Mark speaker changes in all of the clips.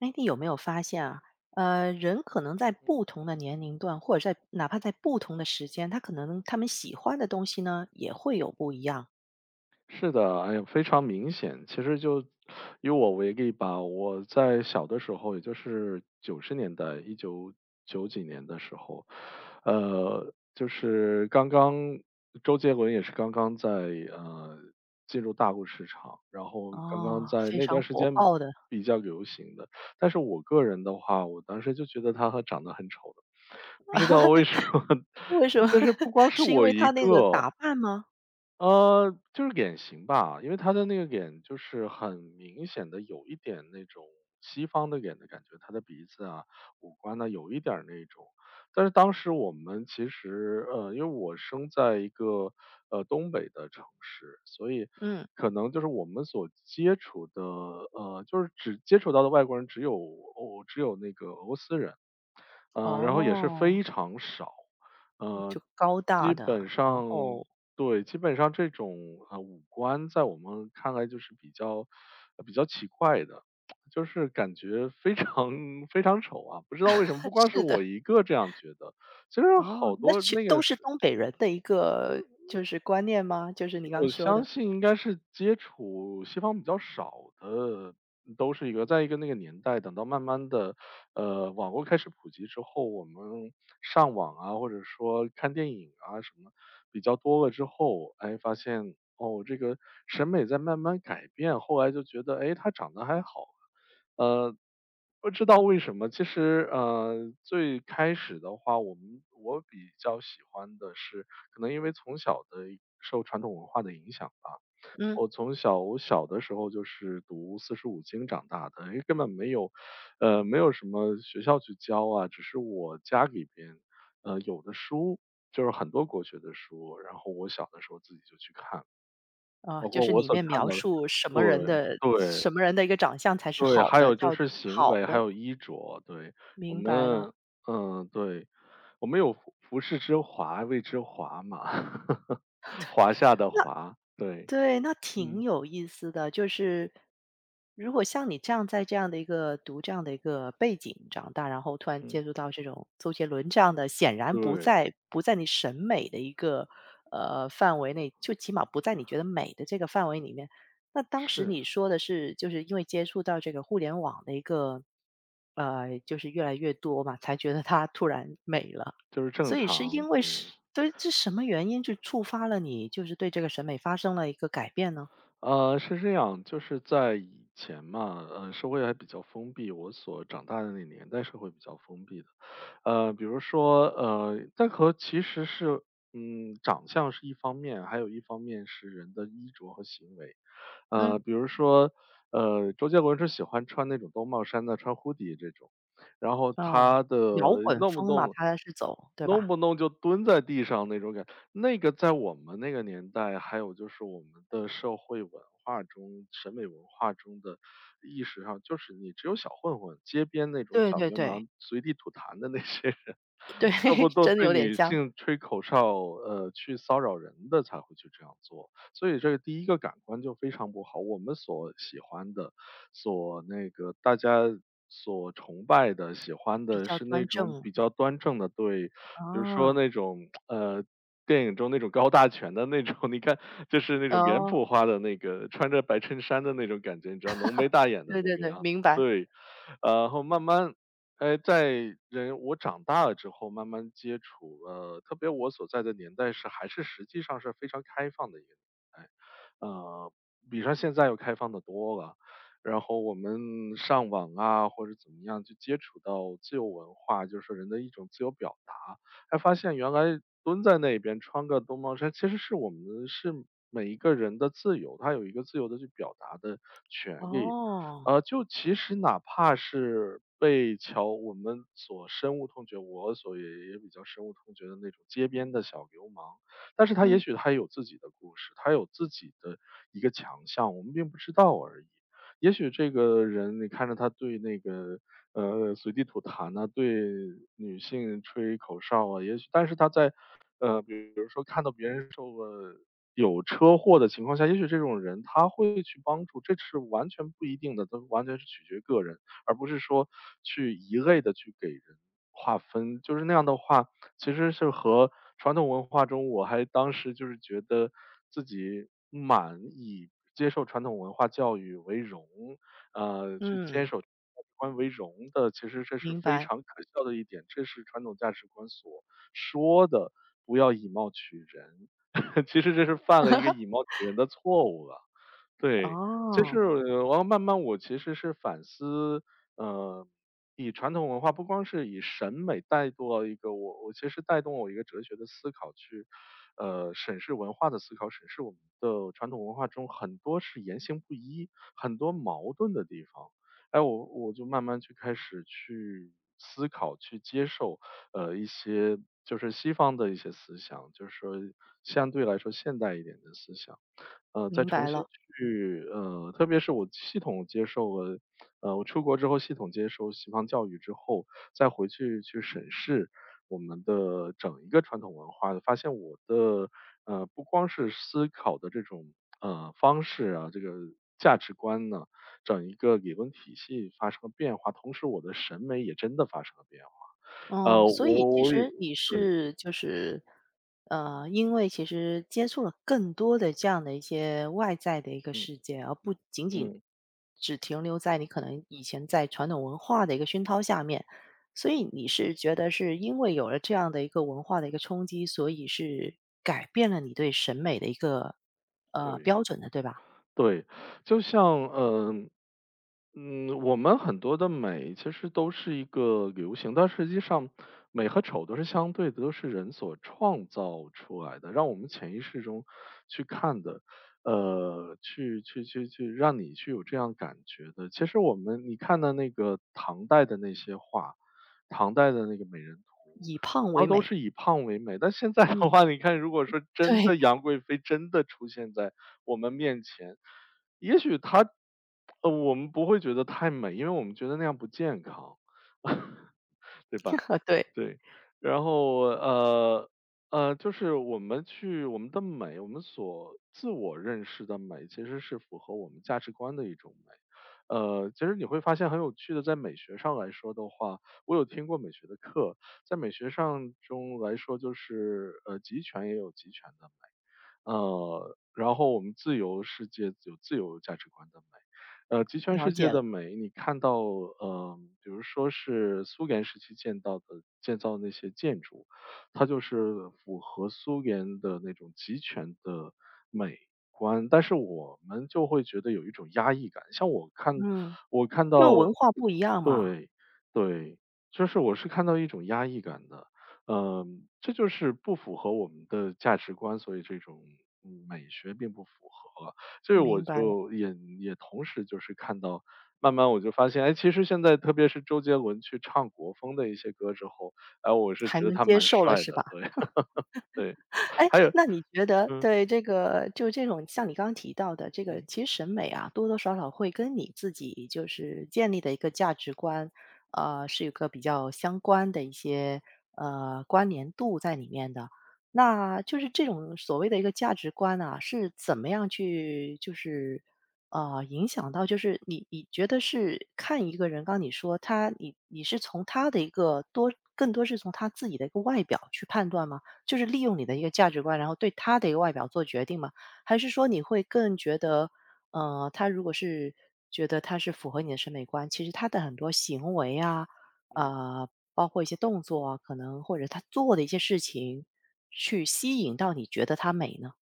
Speaker 1: 哎，你有没有发现啊？人可能在不同的年龄段，或者在哪怕在不同的时间，他可能他们喜欢的东西呢，也会有不一样。
Speaker 2: 是的，哎呀，非常明显。其实就以我为例吧，我在小的时候，也就是九十年代，一九九几年的时候，就是刚刚周杰伦也是刚刚在进入大陆市场，然后刚刚
Speaker 1: 哦，
Speaker 2: 在
Speaker 1: 非
Speaker 2: 那
Speaker 1: 常
Speaker 2: 段时
Speaker 1: 火
Speaker 2: 间
Speaker 1: 爆的。
Speaker 2: 比较流行的。但是我个人的话，我当时就觉得他和长得很丑的，不知道为什么。
Speaker 1: 为什么？
Speaker 2: 其实不光 是
Speaker 1: 是因
Speaker 2: 我
Speaker 1: 为
Speaker 2: 一
Speaker 1: 他那个
Speaker 2: 个，
Speaker 1: 打扮吗？
Speaker 2: 就是脸型吧，因为他的那个脸就是很明显的有一点那种西方的脸的感觉，他的鼻子啊、五官呢有一点儿那种。但是当时我们其实，因为我生在一个东北的城市，所以
Speaker 1: 嗯。
Speaker 2: 可能就是我们所接触的，就是只接触到的外国人只有那个俄罗斯人。然后也是
Speaker 1: 哦，
Speaker 2: 非常少，呃，
Speaker 1: 就高大
Speaker 2: 基本
Speaker 1: 的，然
Speaker 2: 上
Speaker 1: 后
Speaker 2: 对，基本上这种，五官在我们看来就是比较奇怪的，就是感觉非常 非常丑啊，不知道为什么，不 光是
Speaker 1: 是的。
Speaker 2: 我一个这样觉得，其实
Speaker 1: 哦，
Speaker 2: 好
Speaker 1: 那
Speaker 2: 多
Speaker 1: 全
Speaker 2: 那个
Speaker 1: 都是
Speaker 2: 时
Speaker 1: 东北人的一个就是观念吗？就是你刚
Speaker 2: 我
Speaker 1: 说
Speaker 2: 相
Speaker 1: 的。
Speaker 2: 信应该是接触西方比较少的，都是一个在一个那个年代，等到慢慢的，网络开始普及之后，我们上网啊，或者说看电影啊什么比较多了之后，哎，发现哦，这个审美在慢慢改变。后来就觉得，哎，他长得还好，呃，不知道为什么，其实最开始的话，我比较喜欢的是，可能因为从小的一受传统文化的影响吧，
Speaker 1: 嗯。
Speaker 2: 我小的时候就是读四书五经长大的，因为根本没有什么学校去教啊，只是我家里边，有的书，就是很多国学的书，然后我小的时候自己就去看，
Speaker 1: 啊，
Speaker 2: 包
Speaker 1: 就
Speaker 2: 括
Speaker 1: 是
Speaker 2: 我
Speaker 1: 里
Speaker 2: 所
Speaker 1: 面
Speaker 2: 看
Speaker 1: 描
Speaker 2: 到的
Speaker 1: 述什么
Speaker 2: 对，
Speaker 1: 人的
Speaker 2: 对，
Speaker 1: 什么人的一个长相才是
Speaker 2: 对，
Speaker 1: 好
Speaker 2: 还
Speaker 1: 的，
Speaker 2: 有
Speaker 1: 叫
Speaker 2: 就是行
Speaker 1: 好
Speaker 2: 为，还
Speaker 1: 的。
Speaker 2: 有衣着，对。我
Speaker 1: 明白了。
Speaker 2: 们嗯，对，我们有"服饰之华，谓之华"嘛，华夏的华，对，
Speaker 1: 对，那挺
Speaker 2: 嗯，
Speaker 1: 有意思的。就是如果像你这样在这样的一个读这样的一个背景长大，然后突然
Speaker 2: 嗯，
Speaker 1: 接触到这种周杰伦这样的，显然不
Speaker 2: 对，
Speaker 1: 在不在你审美的一个范围内，就起码不在你觉得美的这个范围里面。那当时
Speaker 2: 是，
Speaker 1: 你说的是，就是因为接触到这个互联网的一个就是越来越多嘛，才觉得它突然美了。
Speaker 2: 就是
Speaker 1: 所
Speaker 2: 正
Speaker 1: 以是
Speaker 2: 常，
Speaker 1: 因为
Speaker 2: 对。
Speaker 1: 是对，这什么原因就触发了你，就是对这个审美发生了一个改变呢？
Speaker 2: 是这样，就是在以前嘛，社会还比较封闭，我所长大的那年代社会比较封闭的，比如说，但和其实是，长相是一方面，还有一方面是人的衣着和行为，
Speaker 1: 嗯。
Speaker 2: 比如说，周杰伦是喜欢穿那种兜帽衫的，穿 HO 这种，然后
Speaker 1: 哦，
Speaker 2: 他的
Speaker 1: 摇滚
Speaker 2: 弄不
Speaker 1: 风嘛，
Speaker 2: 弄，
Speaker 1: 它是走对
Speaker 2: 弄
Speaker 1: 吧？
Speaker 2: 不弄就蹲在地上那种感，那个在我们那个年代，还有就是我们的社会文化中、审美文化中的意识上，就是你只有小混混、街边那种
Speaker 1: 对
Speaker 2: 小
Speaker 1: 对
Speaker 2: 流
Speaker 1: 对，
Speaker 2: 氓随地吐痰的那些人
Speaker 1: 对，
Speaker 2: 要 不都
Speaker 1: 真的
Speaker 2: 对
Speaker 1: 有点
Speaker 2: 女
Speaker 1: 像，
Speaker 2: 性吹口哨，去骚扰人的才会去这样做。所以这个第一个感官就非常不好。我们所喜欢的，所那个大家所崇拜的、喜欢
Speaker 1: 比
Speaker 2: 的
Speaker 1: 较
Speaker 2: 是那
Speaker 1: 端
Speaker 2: 种
Speaker 1: 正。
Speaker 2: 比较端正的对，比如说
Speaker 1: 啊，
Speaker 2: 那种呃，电影中那种高大全的那种，你看就是那种脸
Speaker 1: 哦，
Speaker 2: 谱化的那个穿着白衬衫的那种感觉，你知道浓眉大眼的
Speaker 1: 对
Speaker 2: 那
Speaker 1: 对
Speaker 2: 个
Speaker 1: 对，
Speaker 2: 样子。
Speaker 1: 明白。
Speaker 2: 对，然后慢慢哎，我长大了之后，慢慢接触了，特别我所在的年代是还是实际上是非常开放的一个年代，呃，比上现在要开放的多了。然后我们上网啊，或者怎么样，就接触到自由文化，就是人的一种自由表达，还发现原来蹲在那边穿个兜帽衫，其实是我们是每一个人的自由，他有一个自由的去表达的权利。
Speaker 1: 哦，
Speaker 2: 就其实哪怕是被桥我们所深恶痛绝，我所也比较深恶痛绝的那种街边的小流氓，但是他也
Speaker 1: 嗯，
Speaker 2: 许他有自己的故事，他有自己的一个强项，我们并不知道而已。也许这个人，你看着他对那个随地吐痰呐、对女性吹口哨啊，也许，但是他在比如说看到别人受了有车祸的情况下，也许这种人他会去帮助，这是完全不一定的，都完全是取决于个人，而不是说去一味的去给人划分。就是那样的话，其实是和传统文化中我还当时就是觉得自己满以接受传统文化教育为荣，去坚
Speaker 1: 嗯，
Speaker 2: 守价值观为荣的，其实这是
Speaker 1: 明
Speaker 2: 非
Speaker 1: 白，
Speaker 2: 常可笑的一点，这是传统价值观所说的，不要以貌取人。其实这是犯了一个以貌取人的错误了。对，就是
Speaker 1: 哦，
Speaker 2: 我要慢慢我其实是反思，呃，以传统文化不光是以审美带动了一个我其实带动我一个哲学的思考去，审视文化的思考，审视我们的传统文化中很多是言行不一，很多矛盾的地方。哎，我就慢慢去开始去思考，去接受，一些就是西方的一些思想，就是说相对来说现代一点的思想。再
Speaker 1: 明
Speaker 2: 重
Speaker 1: 白
Speaker 2: 新
Speaker 1: 了。
Speaker 2: 去特别是我系统接受了我出国之后系统接受西方教育之后，再回去去审视我们的整一个传统文化的，发现我的不光是思考的这种方式啊，这个价值观呢，整一个理论体系发生了变化，同时我的审美也真的发生了变化。
Speaker 1: 哦，所以
Speaker 2: 我
Speaker 1: 其
Speaker 2: 我也
Speaker 1: 实你
Speaker 2: 对，
Speaker 1: 是就是，因为其实接触了更多的这样的一些外在的一个
Speaker 2: 嗯
Speaker 1: 世界，而不仅仅
Speaker 2: 嗯，
Speaker 1: 只停留在你可能以前在传统文化的一个熏陶下面，所以你是觉得是因为有了这样的一个文化的一个冲击，所以是改变了你对审美的一个
Speaker 2: 对。
Speaker 1: 标准的，对吧？
Speaker 2: 对，就像嗯嗯，我们很多的美其实都是一个流行，但实际上美和丑都是相对的，都是人所创造出来的，让我们潜意识中去看的，去让你去有这样感觉的。其实你看的那个唐代的那些画，唐代的那个美人图，
Speaker 1: 以胖为
Speaker 2: 它都
Speaker 1: 美，
Speaker 2: 是以胖为美，但现在
Speaker 1: 嗯，
Speaker 2: 的话，你看如果说真
Speaker 1: 对，
Speaker 2: 的杨贵妃真的出现在我们面前，也许他，我们不会觉得太美，因为我们觉得那样不健康，对吧？
Speaker 1: 对，
Speaker 2: 对，然后就是我们的美，我们所自我认识的美，其实是符合我们价值观的一种美。其实你会发现很有趣的，在美学上来说的话，我有听过美学的课，在美学上中来说，就是极权也有极权的然后我们自由世界有自由价值观的美，极权
Speaker 1: 了
Speaker 2: 世界
Speaker 1: 解了，
Speaker 2: 的美，你看到，比如说是苏联时期建造的那些建筑，它就是符合苏联的那种极权的美观，但是我们就会觉得有一种压抑感。像
Speaker 1: 嗯，
Speaker 2: 我看
Speaker 1: 因为文
Speaker 2: 到
Speaker 1: 化不一样嘛，
Speaker 2: 对，对，就是我是看到一种压抑感的，嗯，这就是不符合我们的价值观，所以这种美学并不符合。所以我
Speaker 1: 明白。
Speaker 2: 就也同时就是看到，慢慢我就发现，哎，其实现在特别是周杰伦去唱国风的一些歌之后，哎，我是
Speaker 1: 还
Speaker 2: 觉得
Speaker 1: 能
Speaker 2: 他
Speaker 1: 接
Speaker 2: 蛮
Speaker 1: 受了
Speaker 2: 帅
Speaker 1: 是吧？
Speaker 2: 的，对 对，
Speaker 1: 哎，
Speaker 2: 还有
Speaker 1: 那你觉得
Speaker 2: 嗯
Speaker 1: 对这个就这种像你刚刚提到的这个，
Speaker 2: 嗯
Speaker 1: 其实审美啊，多多少少会跟你自己就是建立的一个价值观，是有个比较相关的一些关联度在里面的。那就是这种所谓的一个价值观啊，是怎么样去就是影响到，就是你觉得是看一个人，刚你说他，你是从他的一个多更多是从他自己的一个外表去判断吗？就是利用你的一个价值观，然后对他的一个外表做决定吗？还是说你会更觉得，他如果是觉得他是符合你的审美观，其实他的很多行为啊，
Speaker 2: 嗯。
Speaker 1: 啊、包括一些动作啊，可能或者他做的一些事情，去吸引到你觉得他美呢？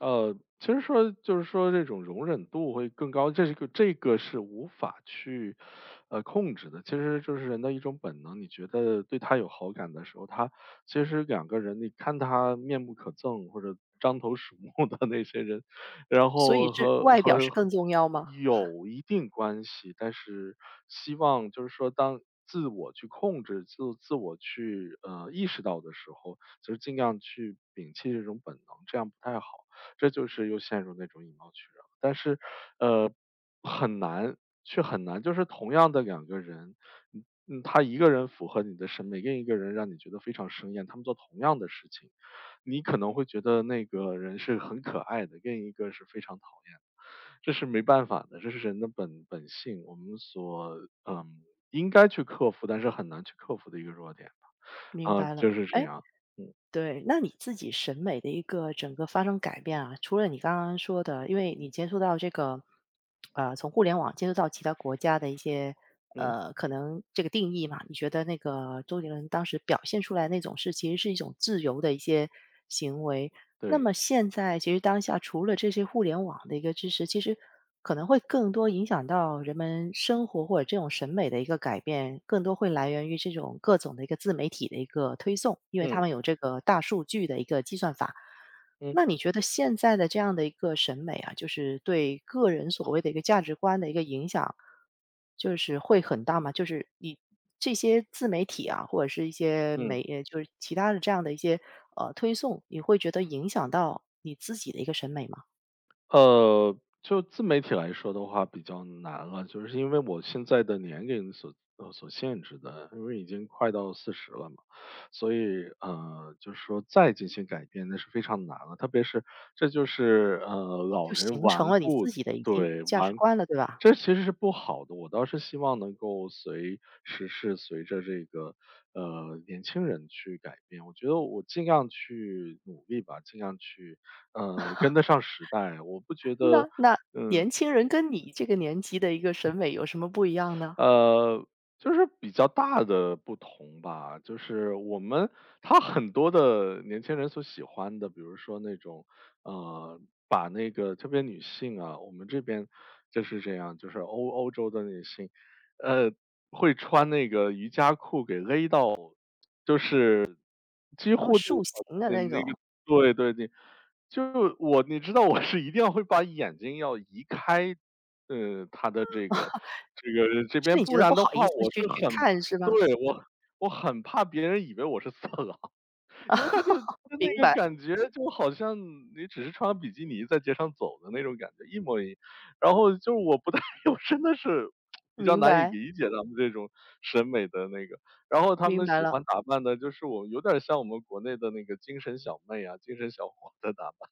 Speaker 2: 其实说就是说这种容忍度会更高，这个是无法去，控制的。其实就是人的一种本能，你觉得对他有好感的时候，他其实两个人，你看他面目可憎或者獐头鼠目的那些人，然
Speaker 1: 所以
Speaker 2: 后
Speaker 1: 是
Speaker 2: 和
Speaker 1: 外表
Speaker 2: 和
Speaker 1: 是
Speaker 2: 和
Speaker 1: 更重要吗？
Speaker 2: 有一定关系，但是希望就是说当。自我去控制，自我去意识到的时候，就是尽量去摒弃这种本能，这样不太好。这就是又陷入那种以貌取人。但是，呃，很难，却很难，就是同样的两个人，嗯嗯，他一个人符合你的审美，另一个人让你觉得非常生厌，他们做同样的事情，你可能会觉得那个人是很可爱的，另一个是非常讨厌的。这是没办法的，这是人的本性，我们所应该去克服，但是很难去克服的一个弱点
Speaker 1: 明
Speaker 2: 啊，
Speaker 1: 白了。
Speaker 2: 就是这
Speaker 1: 哎，
Speaker 2: 样。嗯
Speaker 1: 对，那你自己审美的一个整个发生改变啊，除了你刚刚说的，因为你
Speaker 2: 嗯
Speaker 1: 接触到这个，从互联网接触到其他国家的一些，
Speaker 2: 嗯，
Speaker 1: 可能这个定义嘛，你觉得那个周杰伦当时表现出来那种是其实是一种自由的一些行为。那
Speaker 2: 对，
Speaker 1: 么现在其实当下除了这些互联网的一个支持，其实可能会更多影响到人们生活或者这种审美的一个改变，更多会来源于这种各种的一个自媒体的一个推送，因为他
Speaker 2: 嗯
Speaker 1: 们有这个大数据的一个计算法。那
Speaker 2: 嗯
Speaker 1: 你觉得现在的这样的一个审美啊，就是对个人所谓的一个价值观的一个影响，就是会很大吗？就是你这些自媒体啊，或者是一些
Speaker 2: 嗯。
Speaker 1: 媒，就是其他的这样的一些推送，你会觉得影响到你自己的一个审美吗？
Speaker 2: 就自媒体来说的话比较难了，就是因为我现在的年龄所限制的，因为已经快到40了嘛，所以就是说再进行改变那是非常难了。特别是这就是老
Speaker 1: 就
Speaker 2: 人
Speaker 1: 形成
Speaker 2: 顽
Speaker 1: 了你
Speaker 2: 固，
Speaker 1: 自己的已经
Speaker 2: 对，
Speaker 1: 价值观了，对吧？
Speaker 2: 这其实是不好的。我倒是希望能够随时是随着这个年轻人去改变。我觉得我尽量去努力吧，尽量去跟得上时代，我不觉 得，
Speaker 1: 那那年轻人跟你这个年纪的一个审美有什么不一样呢？
Speaker 2: 呃，就是比较大的不同吧，就是我们他很多的年轻人所喜欢的，比如说那种，呃，把那个特别女性啊，我们这边就是这样，就是欧洲的女性，呃，会穿那个瑜伽裤给勒到，就是几
Speaker 1: 然后
Speaker 2: 乎都
Speaker 1: 塑
Speaker 2: 好
Speaker 1: 形
Speaker 2: 像
Speaker 1: 的
Speaker 2: 你
Speaker 1: 那
Speaker 2: 那个
Speaker 1: 种，
Speaker 2: 对对对，就我你知道我是一定要会把眼睛要移开，他的这个这个这
Speaker 1: 是
Speaker 2: 边，
Speaker 1: 你觉
Speaker 2: 不
Speaker 1: 得不
Speaker 2: 然的
Speaker 1: 好意
Speaker 2: 话
Speaker 1: 思
Speaker 2: 我
Speaker 1: 去
Speaker 2: 是
Speaker 1: 去
Speaker 2: 很
Speaker 1: 看是吧？
Speaker 2: 对，我很怕别人以为我是色狼。因为他就那
Speaker 1: 明
Speaker 2: 个
Speaker 1: 白，
Speaker 2: 感觉就好像你只是穿比基尼在街上走的那种感觉，一模一样，然后就是我不太 我真的是比较
Speaker 1: 明
Speaker 2: 难以
Speaker 1: 白。
Speaker 2: 理解他们这种审美的那个。然后他
Speaker 1: 明
Speaker 2: 们
Speaker 1: 白
Speaker 2: 喜
Speaker 1: 了，
Speaker 2: 欢打扮的就是我有点像我们国内的那个精神小妹啊、精神小伙的打扮，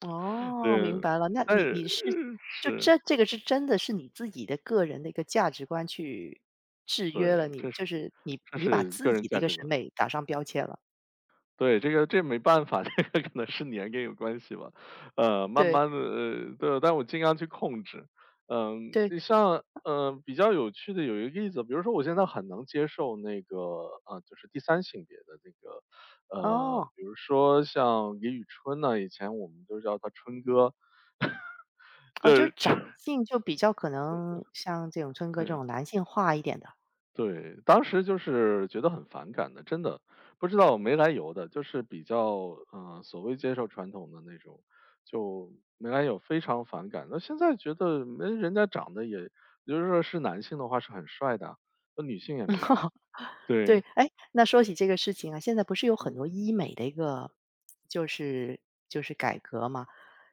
Speaker 1: 哦，明
Speaker 2: 对。
Speaker 1: 白了。那
Speaker 2: 但
Speaker 1: 你你是
Speaker 2: 是
Speaker 1: 就
Speaker 2: 是，
Speaker 1: 这这个是真的是你自己的个人的一个价值观去制约了
Speaker 2: 对，
Speaker 1: 你，就是你
Speaker 2: 这
Speaker 1: 你把
Speaker 2: 是
Speaker 1: 自
Speaker 2: 个人
Speaker 1: 己的一
Speaker 2: 价
Speaker 1: 个
Speaker 2: 值
Speaker 1: 审
Speaker 2: 观。
Speaker 1: 美打上标签了。
Speaker 2: 对，这个这没办法，这个可能是年龄有关系吧。慢
Speaker 1: 对
Speaker 2: 慢的，呃，对，但我尽量去控制。嗯，
Speaker 1: 对，
Speaker 2: 你像，比较有趣的有一个例子，比如说我现在很能接受那个，就是第三性别的那个，
Speaker 1: 哦，
Speaker 2: 比如说像李宇春呢，以前我们都叫他春哥，就
Speaker 1: 哦，就是
Speaker 2: 是
Speaker 1: 长性就比较可能像这种春 哥这
Speaker 2: 对。
Speaker 1: 种男性化一点的。
Speaker 2: 对，当时就是觉得很反感的，真的不知道没来由的，就是比较嗯，所谓接受传统的那种，就没来由非常反感。那现在觉得没人家长得也，就是说是男性的话是很帅的啊，那女性也没什么。
Speaker 1: 对，
Speaker 2: 对，
Speaker 1: 哎，那说起这个事情啊，现在不是有很多
Speaker 2: 嗯
Speaker 1: 医美的一个就是就是改革嘛？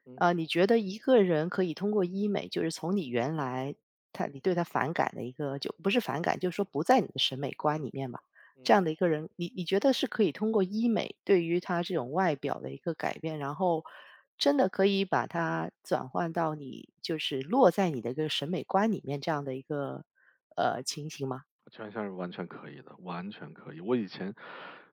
Speaker 2: 嗯
Speaker 1: 啊，
Speaker 2: 嗯。
Speaker 1: 你觉得一个人可以通过医美，就是从你原来他你对他反感的一个，就不是反感，就是说不在你的审美观里面吧，这样的一个人，你你觉得是可以通过医美对于他这种外表的一个改变，然后真的可以把它转换到你就是落在你的一个审美观里面这样的一个情形吗？
Speaker 2: 全项是完全可以的，完全可以。我以前，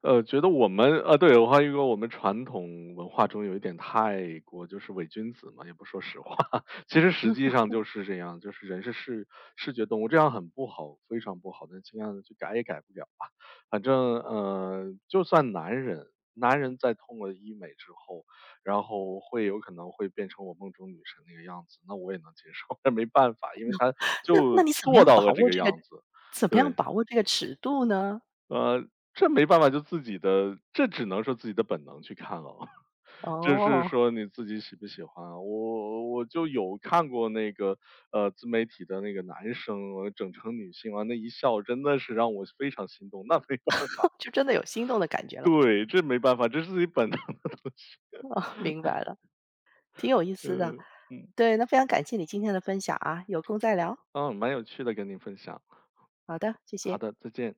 Speaker 2: 觉得我们，呃，对，我还有一个我们传统文化中有一点太过就是伪君子嘛，也不说实话，其实实际上就是这样，就是人是视觉动物，这样很不好，非常不好。但尽量的去改也改不了吧。反正，就算男人，男人在通了医美之后，然后会有可能会变成我梦中女神那个样子，那我也能接受，但没办法，因为他
Speaker 1: 那
Speaker 2: 就
Speaker 1: 那你怎么
Speaker 2: 做
Speaker 1: 样
Speaker 2: 到
Speaker 1: 把
Speaker 2: 了这
Speaker 1: 握
Speaker 2: 个
Speaker 1: 这个
Speaker 2: 样子，
Speaker 1: 怎么样
Speaker 2: 对。
Speaker 1: 把握这个尺度呢？
Speaker 2: 呃，这没办法，就自己的这只能说自己的本能去看了，就是
Speaker 1: 哦，
Speaker 2: 说你自己喜不喜欢啊。我就有看过那个，自媒体的那个男生，我整成女性完那一笑真的是让我非常心动，那没办
Speaker 1: 就真的有心动的感觉 了，
Speaker 2: 对，这没办法，这是自己本能的，
Speaker 1: 哦，明白了，挺有意 思的。
Speaker 2: 嗯，嗯，
Speaker 1: 对，那非常感谢你今天的分享啊，有空再聊。
Speaker 2: 哦，蛮有趣的跟您分享，
Speaker 1: 好的，谢
Speaker 2: 好
Speaker 1: 谢。
Speaker 2: 的，再见。